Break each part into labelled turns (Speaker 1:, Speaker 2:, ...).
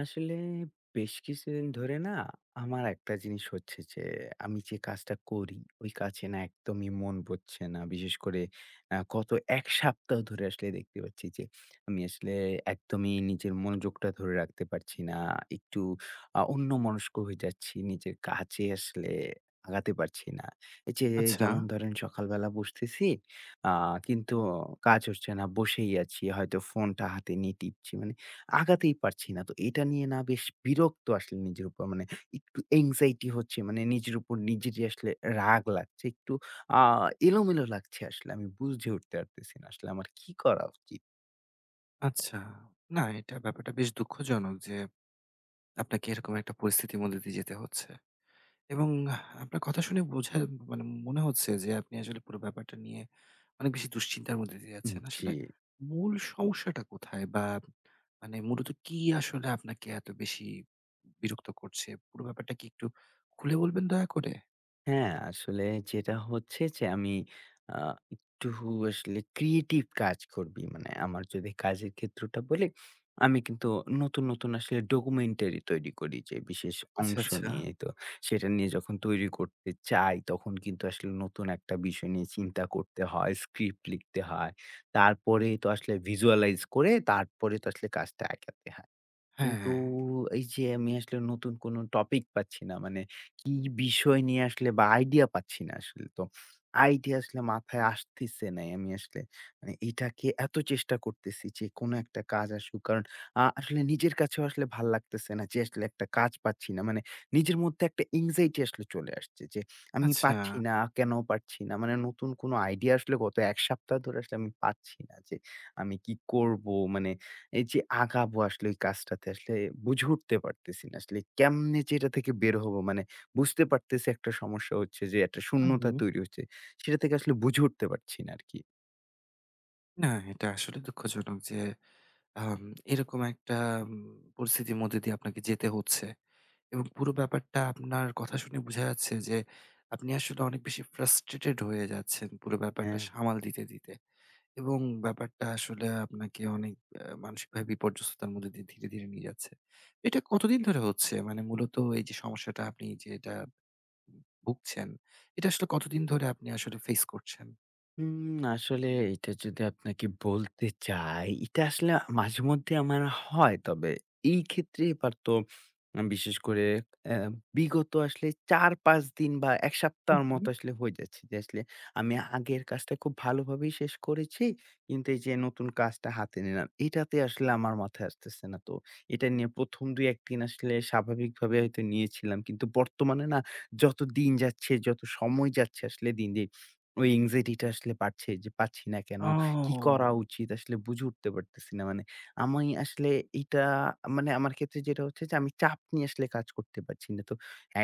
Speaker 1: আসলে বেশ কিছুদিন ধরে না, আমার একটা জিনিস হচ্ছে যে আমি যে কাজটা করি ওই কাজে না একদমই মন বসছে না। বিশেষ করে গত ১ সপ্তাহ ধরে আসলে দেখতে পাচ্ছি যে আমি আসলে একদমই নিজের মনোযোগটা ধরে রাখতে পারছি না। একটু অন্যমনস্ক হয়ে যাচ্ছি। নিজের কাজে আসলে আগাতে পারছি না। এই যে
Speaker 2: আচ্ছা,
Speaker 1: যেমন ধরেন সকালবেলা বসতেছি, আ কিন্তু কাজ হচ্ছে না, বসেই আছি। হয়তো ফোনটা হাতে নিয়ে টিপছি। মানে আগাতেই পারছি না। তো এটা নিয়ে না বেশ বিরক্ত আসলে নিজের উপর। মানে একটু anxiety হচ্ছে, মানে নিজের উপর নিজেরই আসলে রাগ লাগছে। একটু আ এলোমেলো লাগছে আসলে। আমি বুঝে উঠতে পারতেছি না আসলে আমার কি করা উচিত?
Speaker 2: আচ্ছা। না, এটা ব্যাপারটা বেশ দুঃখজনক যে আপনাকে এরকম একটা পরিস্থিতির মধ্যে দিয়ে যেতে হচ্ছে। এবং আপনার কথা শুনে মানে মনে হচ্ছে যে আপনি আসলে পুরো ব্যাপারটা নিয়ে অনেক বেশি দুশ্চিন্তার মধ্যে দিয়ে যাচ্ছেন।
Speaker 1: জি।
Speaker 2: আসলে মূল সমস্যাটা কোথায়? বা মানে মূলত কি আসলে আপনাকে এত বেশি বিরক্ত করছে? পুরো ব্যাপারটা কি একটু খুলে বলবেন দয়া করে?
Speaker 1: হ্যাঁ, আসলে যেটা হচ্ছে যে আমি আ একটু আসলে ক্রিয়েটিভ কাজ করবি। মানে আমার যদি কাজের ক্ষেত্রটা বলি, আমি কিন্তু নতুন, নতুন আসলে ডকুমেন্টারি তৈরি করি, যে বিশেষ
Speaker 2: আচ্ছা,
Speaker 1: অংশ
Speaker 2: আচ্ছা।
Speaker 1: নিয়ে। তো সেটা নিয়ে যখন তৈরি করতে চাই, তখন কিন্তু আসলে নতুন একটা বিষয় নিয়ে চিন্তা করতে হয়, স্ক্রিপ্ট লিখতে হয়। তারপরেই তো আসলে ভিজুয়ালাইজ করে তারপরে তো আসলে কাজটা আগাতে হয়। কিন্তু
Speaker 2: হ্যাঁ,
Speaker 1: এই যে আমি আসলে নতুন কোনো টপিক পাচ্ছি না। মানে কি বিষয় নিয়ে আসলে বা আইডিয়া পাচ্ছি না আসলে তো। আইডিয়া আসলে মাথায় আসতেছে নাই। আমি আসলে মানে এটাকে এত চেষ্টা করতেছি যে কোনো একটা কাজ আসুক। কারণ আসলে নিজের কাছেও আসলে ভাল লাগতেছে না যে আসলে একটা কাজ পাচ্ছি না। মানে নিজের মধ্যে একটা anxiety আসলে চলে আসছে যে আমি
Speaker 2: আচ্ছা।
Speaker 1: পারছি না, কেন পারছি না? মানে নতুন কোনো আইডিয়া আসলে গত ১ সপ্তাহ ধরে আসলে আমি পাচ্ছি না যে আমি কি করব? মানে এই যে আগাবো আসলে ওই কাজটাতে আসলে বুঝে উঠতে পারতেছি না। আসলে কেমনে যে এটা থেকে বের হবো? মানে বুঝতে পারতেছি একটা সমস্যা হচ্ছে যে একটা
Speaker 2: হুম,
Speaker 1: শূন্যতা
Speaker 2: হুম।
Speaker 1: তৈরি হচ্ছে। সেটা থেকে আসলে বুঝে উঠতে পারছি না আরকি।
Speaker 2: না, এটা আসলে দুঃখজনক যে আম এরকম একটা উম পরিস্থিতির মধ্যে দিয়ে আপনাকে যেতে হচ্ছে এবং পুরো ব্যাপারটা আপনার কথা শুনে বোঝা যাচ্ছে যে আপনি আসলে অনেক বেশি ফ্রাস্ট্রেটেড হয়ে যাচ্ছেন পুরো ব্যাপারটা
Speaker 1: হ্যাঁ।
Speaker 2: সামাল দিতে এবং ব্যাপারটা আসলে আপনাকে অনেক মানসিকভাবে বিপর্যস্ততার মধ্যে দিয়ে ধীরে, ধীরে নিয়ে যাচ্ছে। এটা কতদিন ধরে হচ্ছে? মানে মূলত এই যে সমস্যাটা আপনি যে এটা ভুগছেন, এটা আসলে কতদিন ধরে আপনি আসলে ফেস করছেন?
Speaker 1: হুম, আসলে এটা যদি আপনাকে বলতে চাই, এটা আসলে মাঝেমধ্যে আমার হয়। তবে এই ক্ষেত্রে এবার তো বিশেষ করে অ্যা বিগত আসলে ৪-৫ দিন বা ১
Speaker 2: হু,
Speaker 1: সপ্তাহের
Speaker 2: হু।
Speaker 1: মতো আসলে হয়ে যাচ্ছে যে আসলে আমি আগের কাজটা খুব ভালোভাবেই শেষ করেছি। কিন্তু এই যে নতুন কাজটা হাতে নিলাম, এটাতে আসলে আমার মাথায় আসতেছে না। তো এটা নিয়ে ১ম ২-১ দিন আসলে স্বাভাবিকভাবে হয়তো নিয়েছিলাম। কিন্তু বর্তমানে না, যত দিন যাচ্ছে, যত সময় যাচ্ছে আসলে দিন, দিন ওই anxiety টা আসলে বাড়ছে যে পাচ্ছি না কেন? কি করা
Speaker 2: ও!
Speaker 1: উচিত? আসলে বুঝে উঠতে পারতেছি না। মানে আমি আসলে এইটা মানে আমার ক্ষেত্রে যেটা হচ্ছে যে আমি চাপ নিয়ে আসলে কাজ করতে পারছি না। তো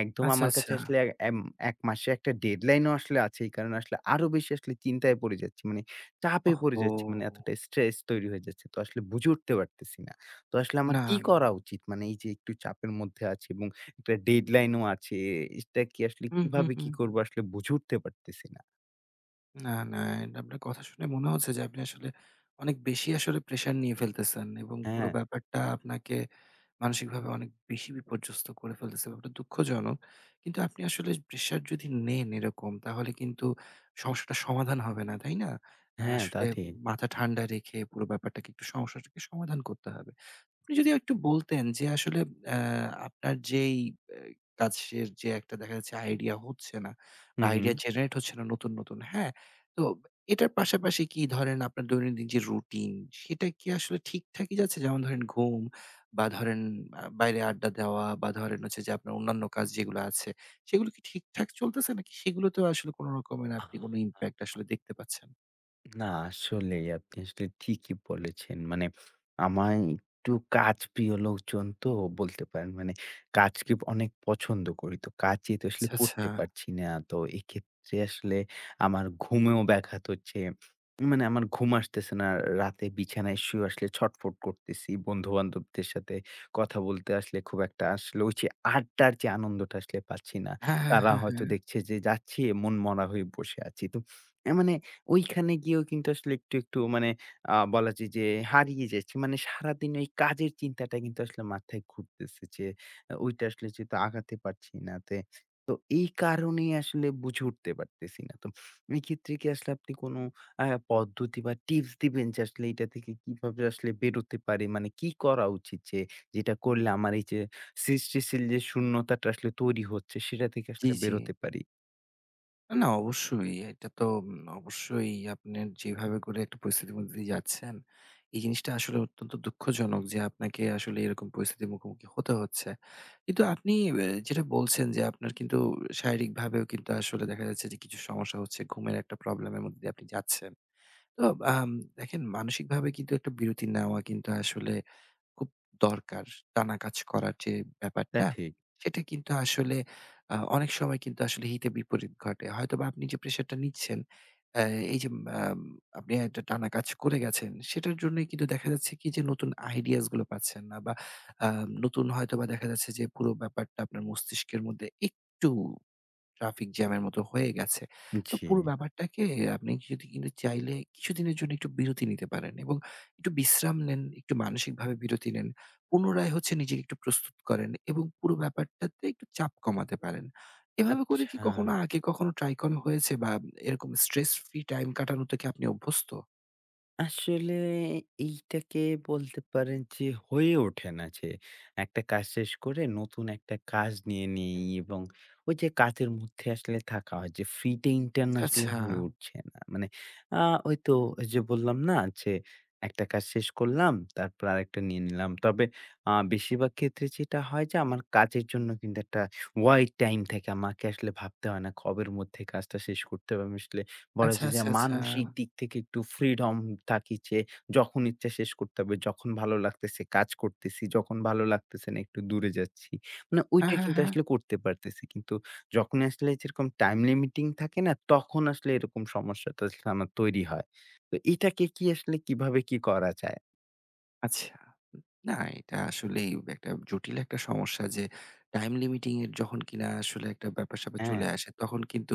Speaker 1: একদম
Speaker 2: আচ্ছা,
Speaker 1: আমার কাছে
Speaker 2: আচ্ছা।
Speaker 1: আসলে এক এম ১ মাসে একটা ডেডলাইন ও আসলে আছে। এই কারণে আসলে আরো বেশি আসলে চিন্তায় পড়ে যাচ্ছি। মানে চাপে পড়ে
Speaker 2: ওহহো!
Speaker 1: যাচ্ছি। মানে এতটা স্ট্রেস তৈরি হয়ে যাচ্ছে। তো আসলে বুঝে উঠতে পারতেছি না। তো আসলে আমার
Speaker 2: না,
Speaker 1: কি
Speaker 2: না।
Speaker 1: করা উচিত? মানে এই যে একটু চাপের মধ্যে আছি এবং একটা ডেডলাইন ও আছে। এটা কি আসলে
Speaker 2: হুম, হুম,
Speaker 1: কিভাবে
Speaker 2: হুম,
Speaker 1: কি
Speaker 2: হুম।
Speaker 1: করব আসলে বুঝে উঠতে পারতেছি না।
Speaker 2: না, না, এটা আপনার কথা শুনে মনে হচ্ছে যে আপনি আসলে অনেক বেশি আসলে প্রেশার নিয়ে ফেলতেছেন এবং পুরো
Speaker 1: হ্যাঁ,
Speaker 2: ব্যাপারটা আপনাকে মানসিকভাবে অনেক বেশি বিপর্যস্ত করে ফেলতেছে। ব্যাপারটা দুঃখজনক। কিন্তু আপনি আসলে প্রেশার যদি নেন এরকম তাহলে কিন্তু সমস্যাটার সমাধান হবে না, তাই না?
Speaker 1: হ্যাঁ, তা
Speaker 2: আসলে
Speaker 1: ঠিক।
Speaker 2: মাথা ঠান্ডা রেখে পুরো ব্যাপারটাকে একটু সমস্যাটাকে সমাধান করতে হবে। আপনি যদি একটু বলতেন যে আসলে আ আপনার যেই আ কাজের যে একটা দেখা যাচ্ছে আইডিয়া হচ্ছে না বা
Speaker 1: হু, হু।
Speaker 2: আইডিয়া জেনারেট হচ্ছে না নতুন, নতুন, হ্যাঁ? তো এটার পাশাপাশি কি ধরেন আপনার দৈনন্দিন যে রুটিন সেটা কি আসলে ঠিকঠাকই যাচ্ছে? যেমন ধরেন ঘুম বা ধরেন বাইরে আড্ডা দেওয়া বা ধরেন হচ্ছে যে আপনার অন্যান্য কাজ যেগুলো আছে সেগুলো কি ঠিকঠাক চলতেছে নাকি সেগুলোতেও আসলে কোন রকমের আপনি
Speaker 1: আহা!
Speaker 2: কোন
Speaker 1: আ!
Speaker 2: ইমপ্যাক্ট আসলে দেখতে পাচ্ছেন?
Speaker 1: না, আসলেই আপনি আসলে ঠিকই বলেছেন। মানে আমায় একটু কাজপ্রিয় লোকজন তো বলতে পারেন। মানে কাজকে অনেক পছন্দ করি। তো কাজই তো আসলে
Speaker 2: আচ্ছা, আচ্ছা।
Speaker 1: করতে পারছি না। তো এক্ষেত্রে আসলে আমার ঘুমেও ব্যাঘাত হচ্ছে। মানে আমার ঘুম আসতেছে না। রাতে বিছানায় শুয়ে আসলে ছটফট করতেছি। বন্ধু-বান্ধবদের সাথে কথা বলতে আসলে খুব একটা আসলে ওই যে আড্ডার যে আনন্দটা আসলে পাচ্ছি না।
Speaker 2: হ্যাঁ, হ্যাঁ,
Speaker 1: তারা
Speaker 2: হ্যাঁ,
Speaker 1: হয়তো
Speaker 2: হ্যাঁ।
Speaker 1: দেখছে যে যাচ্ছি মনমরা হয়ে বসে আছি। তো মানে ওইখানে গিয়েও কিন্তু আসলে একটু, একটু মানে বলা যায় যে হারিয়ে যাচ্ছি। মানে সারাদিন ওই কাজের চিন্তাটা কিন্তু আসলে মাথায় ঘুরতেছে যে ওইটা আসলে যেহেতু আগাতে পারছি না তে, তো এই কারণেই আসলে বুঝে উঠতে পারতেছি না। তো এক্ষেত্রে কি আসলে আপনি কোনো আ পদ্ধতি বা টিপস দিবেন যে আসলে এটা থেকে কিভাবে আসলে বেরোতে পারি? মানে কি করা উচিত যে যেটা করলে আমার এই যে সৃষ্টিশীল যে শূন্যতাটা আসলে তৈরি হচ্ছে সেটা থেকে
Speaker 2: জি,
Speaker 1: আসলে
Speaker 2: জি।
Speaker 1: বেরোতে পারি?
Speaker 2: না, অবশ্যই। এটা তো অবশ্যই আপনার যেভাবে করে একটা পরিস্থিতির মধ্যে দিয়ে যাচ্ছেন, এই জিনিসটা আসলে অত্যন্ত দুঃখজনক যে আপনাকে আসলে এরকম পরিস্থিতির মুখোমুখি হতে হচ্ছে। কিন্তু আপনি যেটা বলছেন যে আপনার কিন্তু শারীরিকভাবেও কিন্তু আসলে দেখা যাচ্ছে যে কিছু সমস্যা হচ্ছে, ঘুমের একটা প্রবলেম এর মধ্যে দিয়ে আপনি যাচ্ছেন। তো আম দেখেন মানসিকভাবে কিন্তু একটা বিরতি নেওয়া কিন্তু আসলে খুব দরকার। টানা কাজ করার যে
Speaker 1: তা
Speaker 2: ব্যাপারটা,
Speaker 1: ঠিক।
Speaker 2: সেটা কিন্তু আসলে অনেক সময় কিন্তু আসলে হিতে বিপরীত ঘটে। হয়তোবা আপনি যে প্রেশারটা নিচ্ছেন, অ্যা এই যে আম আপনি একটা টানা কাজ করে গেছেন, সেটার জন্যই কিন্তু দেখা যাচ্ছে কি যে নতুন আইডিয়াস গুলো পাচ্ছেন না বা আ নতুন হয়তোবা দেখা যাচ্ছে যে পুরো ব্যাপারটা আপনার মস্তিষ্কের মধ্যে একটু ট্রাফিক জ্যামের মতো হয়ে গেছে। তো
Speaker 1: জি,
Speaker 2: পুরো ব্যাপারটাকে আপনি যদি কিন্তু চাইলে কিছুদিনের জন্য একটু বিরতি নিতে পারেন এবং একটু বিশ্রাম নেন, একটু মানসিকভাবে বিরতি নেন। পুনরায় হচ্ছে নিজেকে একটু প্রস্তুত করেন এবং পুরো ব্যাপারটাতে একটু চাপ কমাতে পারেন। এভাবে করে
Speaker 1: আচ্ছা।
Speaker 2: কি কখনো আগে কখনো ট্রাই করা হয়েছে বা এরকম স্ট্রেস ফ্রি টাইম কাটানোতে কি আপনি অভ্যস্ত?
Speaker 1: আসলে এইটাকে বলতে পারেন যে হয়ে ওঠে না যে একটা কাজ শেষ করে নতুন একটা কাজ নিয়ে নেই, এবং ওই যে কাজের মধ্যে আসলে থাকা হয় যে ফ্রি টাইমটা না আসলে
Speaker 2: আচ্ছা,
Speaker 1: হয়ে উঠছে না মানে ওই তো ওই যে বললাম না যে একটা কাজ শেষ করলাম তারপর আরেকটা নিয়ে নিলাম, তবে বেশিরভাগ ক্ষেত্রে যেটা হয় যে আমার কাজের জন্য কিন্তু একটা ওয়াইড টাইম থাকে, আমাকে আসলে ভাবতে হয় না কবের মধ্যে কাজটা শেষ করতে হবে, আমি আসলে বলা
Speaker 2: আচ্ছা,
Speaker 1: যায় যে
Speaker 2: আচ্ছা, আচ্ছা।
Speaker 1: মানসিক দিক থেকে একটু ফ্রিডম থাকি যে যখন ইচ্ছা শেষ করতে হবে, যখন ভালো লাগতেছে কাজ করতেছি, যখন ভালো লাগতেছে না একটু দূরে যাচ্ছি। মানে
Speaker 2: হ্যাঁ,
Speaker 1: ওইটা
Speaker 2: হ্যাঁ,
Speaker 1: কিন্তু
Speaker 2: হ্যাঁ।
Speaker 1: আসলে করতে পারতেছি। কিন্তু যখনই আসলে যেরকম টাইম লিমিটিং থাকে না তখন আসলে এরকম সমস্যাটা আসলে আমার তৈরি হয়। তো এটাকে কি আসলে কিভাবে কি করা যায়?
Speaker 2: আচ্ছা। না, এটা আসলেই একটা জটিল একটা সমস্যা যে টাইম লিমিটিং এর যখন কিনা আসলে একটা ব্যাপার-স্যাপার
Speaker 1: হ্যাঁ।
Speaker 2: চলে আসে, তখন কিন্তু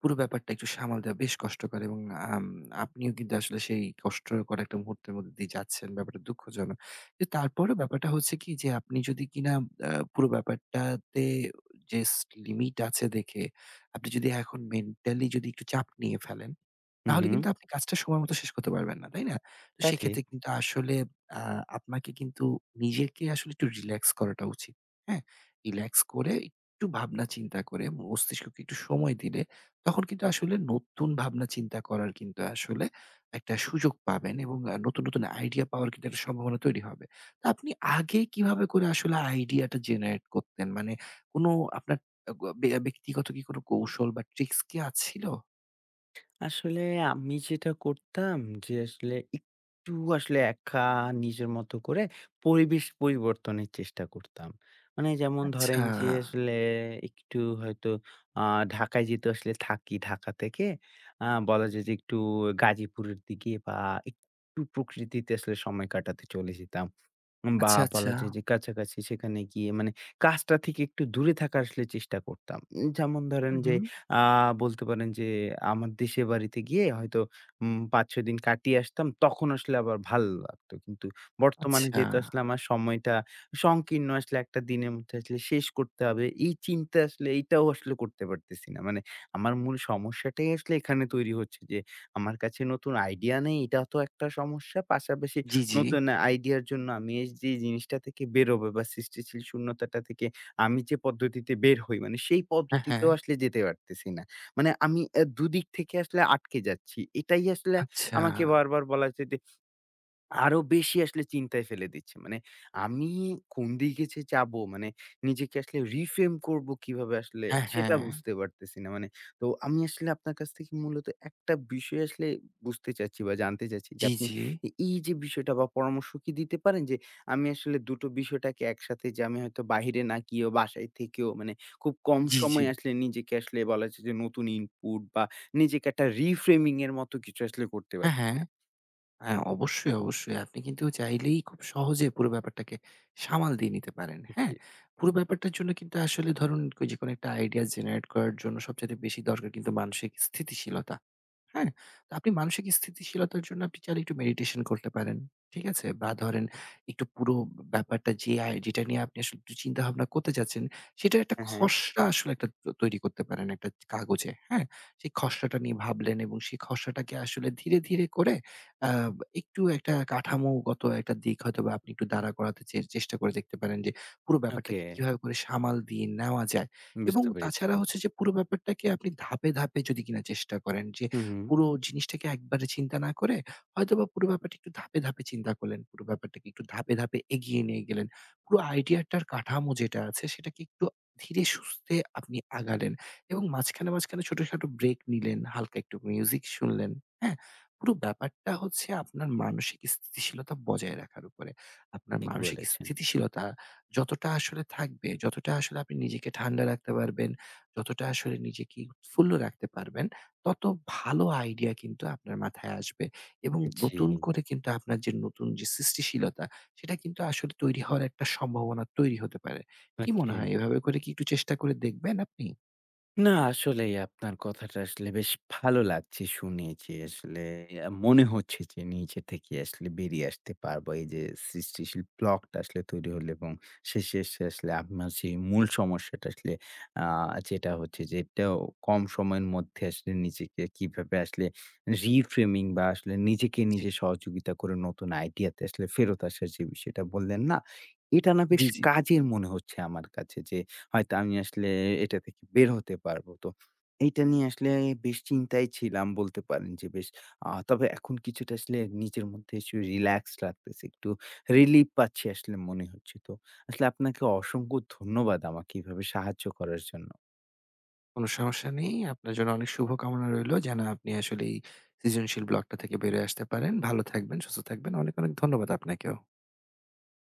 Speaker 2: পুরো ব্যাপারটা একটু সামাল দেওয়া বেশ কষ্টকর এবং আম আপনিও কিন্তু আসলে সেই কষ্টকর একটা মুহূর্তের মধ্যে দিয়ে যাচ্ছেন। ব্যাপারটা দুঃখজনক। কিন্তু তারপরেও ব্যাপারটা হচ্ছে কি যে আপনি যদি কিনা পুরো ব্যাপারটাতে যে লিমিট আছে দেখে আপনি যদি এখন মেন্টালি যদি একটু চাপ নিয়ে ফেলেন
Speaker 1: হু,
Speaker 2: তাহলে
Speaker 1: হু।
Speaker 2: কিন্তু আপনি কাজটা সময় মতো শেষ করতে পারবেন না, তাই না? তো
Speaker 1: তা ঠিক।
Speaker 2: সেক্ষেত্রে কিন্তু আসলে আ আপনাকে কিন্তু নিজেকে আসলে একটু রিল্যাক্স করাটা উচিত। হ্যাঁ? রিল্যাক্স করে একটু ভাবনা চিন্তা করে মস্তিষ্ককে একটু সময় দিলে তখন কিন্তু আসলে নতুন ভাবনা চিন্তা করার কিন্তু আসলে একটা সুযোগ পাবেন এবং নতুন, নতুন আইডিয়া পাওয়ার কিন্তু একটা সম্ভাবনা তৈরি হবে। তো আপনি আগে কিভাবে করে আসলে আইডিয়াটা জেনারেট করতেন? মানে কোনো আপনার আ গ ব্যা ব্যক্তিগত কি কোনো কৌশল বা ট্রিকস কি ছিল?
Speaker 1: আসলে আমি যেটা করতাম যে আসলে একটু আসলে একা নিজের মতো করে পরিবেশ পরিবর্তনের চেষ্টা করতাম। মানে যেমন ধরেন
Speaker 2: আচ্ছা।
Speaker 1: যে আসলে একটু হয়তো আ ঢাকায় যেহেতু আসলে থাকি, ঢাকা থেকে বলা যায় যে একটু গাজীপুরের দিকে বা একটু প্রকৃতিতে আসলে সময় কাটাতে চলে যেতাম। বা
Speaker 2: আচ্ছা,
Speaker 1: বলা
Speaker 2: আচ্ছা।
Speaker 1: যায় যে কাছাকাছি সেখানে গিয়ে মানে কাজটা থেকে একটু দূরে থাকার আসলে চেষ্টা করতাম। যেমন ধরেন
Speaker 2: হুম,
Speaker 1: যে
Speaker 2: হুম।
Speaker 1: আ বলতে পারেন যে আমার দেশের বাড়িতে গিয়ে হয়তো ৫-৬ দিন কাটিয়ে আসতাম। তখন আসলে আবার ভালো লাগতো। কিন্তু বর্তমানে
Speaker 2: আচ্ছা।
Speaker 1: যেহেতু আসলে আমার সময়টা সংকীর্ণ, আসলে একটা দিনের মধ্যে আসলে শেষ করতে হবে। এই চিন্তা আসলে, এইটাও আসলে করতে পারতেছি না। মানে আমার মূল সমস্যাটাই আসলে এখানে তৈরি হচ্ছে যে আমার কাছে নতুন আইডিয়া নেই। এটা তো একটা সমস্যা। পাশাপাশি
Speaker 2: জি, জি।
Speaker 1: নতুন আইডিয়ার জন্য আমি এই যে জিনিসটা থেকে বেরোবো বা সৃষ্টিশীল শূন্যতাটা থেকে আমি যে পদ্ধতিতে বের হই, মানে সেই
Speaker 2: হ্যাঁ, হ্যাঁ।
Speaker 1: পদ্ধতিতেও আসলে যেতে পারতেছি না। মানে আমি দুদিক থেকে আসলে আটকে যাচ্ছি। এটাই আসলে
Speaker 2: আচ্ছা।
Speaker 1: আমাকে বারবার বলা হচ্ছে, আরো বেশি আসলে চিন্তায় ফেলে দিচ্ছে। মানে আমি কোন দিকে যে যাবো, মানে নিজেকে আসলে reframe করবো কিভাবে আসলে
Speaker 2: হ্যাঁ, হ্যাঁ।
Speaker 1: সেটা বুঝতে পারতেছি না। মানে তো আমি আসলে আপনার কাছ থেকে মূলত একটা বিষয় আসলে বুঝতে চাচ্ছি বা জানতে চাচ্ছি যে
Speaker 2: জি,
Speaker 1: আপনি
Speaker 2: জি।
Speaker 1: এই যে বিষয়টা বা পরামর্শ কি দিতে পারেন যে আমি আসলে দুটো বিষয়টাকে একসাথে, যে আমি হয়তো বাহিরে না গিয়েও বাসায় থেকেও মানে খুব কম
Speaker 2: জি, জি।
Speaker 1: সময়ে আসলে নিজেকে আসলে বলা যায় যে নতুন input বা নিজেকে একটা reframing এর মতো কিছু আসলে করতে
Speaker 2: হ্যাঁ,
Speaker 1: পারি
Speaker 2: হ্যাঁ।
Speaker 1: কিনা?
Speaker 2: হ্যাঁ, অবশ্যই, অবশ্যই। আপনি কিন্তু চাইলেই খুব সহজে পুরো ব্যাপারটাকে সামাল দিয়ে নিতে পারেন। হ্যাঁ?
Speaker 1: জি।
Speaker 2: পুরো ব্যাপারটার জন্য কিন্তু আসলে ধরুন কই যেকোনো একটা আইডিয়া জেনারেট করার জন্য সবচাইতে বেশি দরকার কিন্তু মানসিক স্থিতিশীলতা। হ্যাঁ? তো আপনি মানসিক স্থিতিশীলতার জন্য আপনি চাইলে একটু মেডিটেশন করতে পারেন। ঠিক আছে? বা ধরেন একটু পুরো ব্যাপারটা যে যেটা নিয়ে আপনি আসলে একটু চিন্তাভাবনা করতে চাচ্ছেন, সেটার একটা
Speaker 1: হ্যাঁ, হ্যাঁ।
Speaker 2: খসড়া আসলে একটা তৈরি করতে পারেন একটা কাগজে। হ্যাঁ? সেই খসড়াটা নিয়ে ভাবলেন এবং সেই খসড়াটাকে আসলে ধীরে, ধীরে করে আ একটু একটা কাঠামোগত একটা দিক হয়তোবা আপনি একটু দাঁড়া করাতে চেষ্টা করে দেখতে পারেন যে, পুরো
Speaker 1: ওকে,
Speaker 2: ব্যাপারটাকে কিভাবে করে সামাল দিয়ে নেওয়া যায় এবং
Speaker 1: বুঝতে পেরেছি।
Speaker 2: তাছাড়া হচ্ছে যে পুরো ব্যাপারটাকে আপনি ধাপে, ধাপে যদি কিনা চেষ্টা করেন যে,
Speaker 1: হুম, হুম।
Speaker 2: পুরো জিনিসটাকে একবারে চিন্তা না করে হয়তোবা পুরো ব্যাপারটা একটু ধাপে, ধাপে চিন্তা করলেন। পুরো ব্যাপারটাকে একটু ধাপে, ধাপে এগিয়ে নিয়ে গেলেন। পুরো আইডিয়াটার কাঠামো যেটা আছে সেটাকে একটু ধীরে সুস্থে আপনি আগালেন এবং মাঝখানে, মাঝখানে ছোট, ছোট ব্রেক নিলেন, হালকা একটু মিউজিক শুনলেন, হ্যাঁ? পুরো ব্যাপারটা হচ্ছে আপনার মানসিক স্থিতিশীলতা বজায় রাখার উপরে। আপনার
Speaker 1: ঠিক
Speaker 2: মানসিক
Speaker 1: বলেছেন।
Speaker 2: স্থিতিশীলতা যতটা আসলে থাকবে, যতটা আসলে আপনি নিজেকে ঠান্ডা রাখতে পারবেন, যতটা আসলে নিজেকে উৎফুল্ল রাখতে পারবেন, তত ভালো আইডিয়া কিন্তু আপনার মাথায় আসবে। এবং
Speaker 1: জি,
Speaker 2: নতুন করে কিন্তু আপনার যে নতুন যে সৃষ্টিশীলতা, সেটা কিন্তু আসলে তৈরি হওয়ার একটা সম্ভাবনা তৈরি হতে পারে। কি মনে
Speaker 1: ওকে।
Speaker 2: হয়? এভাবে করে কি একটু চেষ্টা করে দেখবেন আপনি?
Speaker 1: না, আসলেই আপনার কথাটা আসলে বেশ ভালো লাগছে শুনে যে আসলে মনে হচ্ছে যে নিজে থেকে আসলে বেরিয়ে আসতে পারবো। এই যে সৃষ্টিশীল ব্লকটা আসলে তৈরি হলো এবং শেষে এসে আসলে আপনার সেই মূল সমস্যাটা আসলে আ যেটা হচ্ছে যে এটাও কম সময়ের মধ্যে আসলে নিজেকে কিভাবে আসলে reframing বা আসলে নিজেকে
Speaker 2: জি,
Speaker 1: নিজে সহযোগিতা করে নতুন আইডিয়াতে আসলে ফেরত আসার যে বিষয়টা বললেন না? এটা না বেশ
Speaker 2: জি, জি।
Speaker 1: কাজের মনে হচ্ছে আমার কাছে যে হয়তো আমি আসলে এটা থেকে বের হতে পারবো। তো এইটা নিয়ে আসলে বেশ চিন্তায় ছিলাম বলতে পারেন, যে বেশ। তবে এখন কিছুটা আসলে নিজের মধ্যে একটু রিল্যাক্স লাগতেছে। একটু রিলিফ পাচ্ছি আসলে মনে হচ্ছে। তো আসলে আপনাকে অসংখ্য ধন্যবাদ আমাকে এভাবে সাহায্য করার জন্য।
Speaker 2: কোনো সমস্যা নেই। আপনার জন্য অনেক শুভকামনা রইলো যেন আপনি আসলে এই সৃজনশীল ব্লকটা থেকে বেরিয়ে আসতে পারেন। ভালো থাকবেন, সুস্থ থাকবেন। অনেক, অনেক ধন্যবাদ আপনাকেও।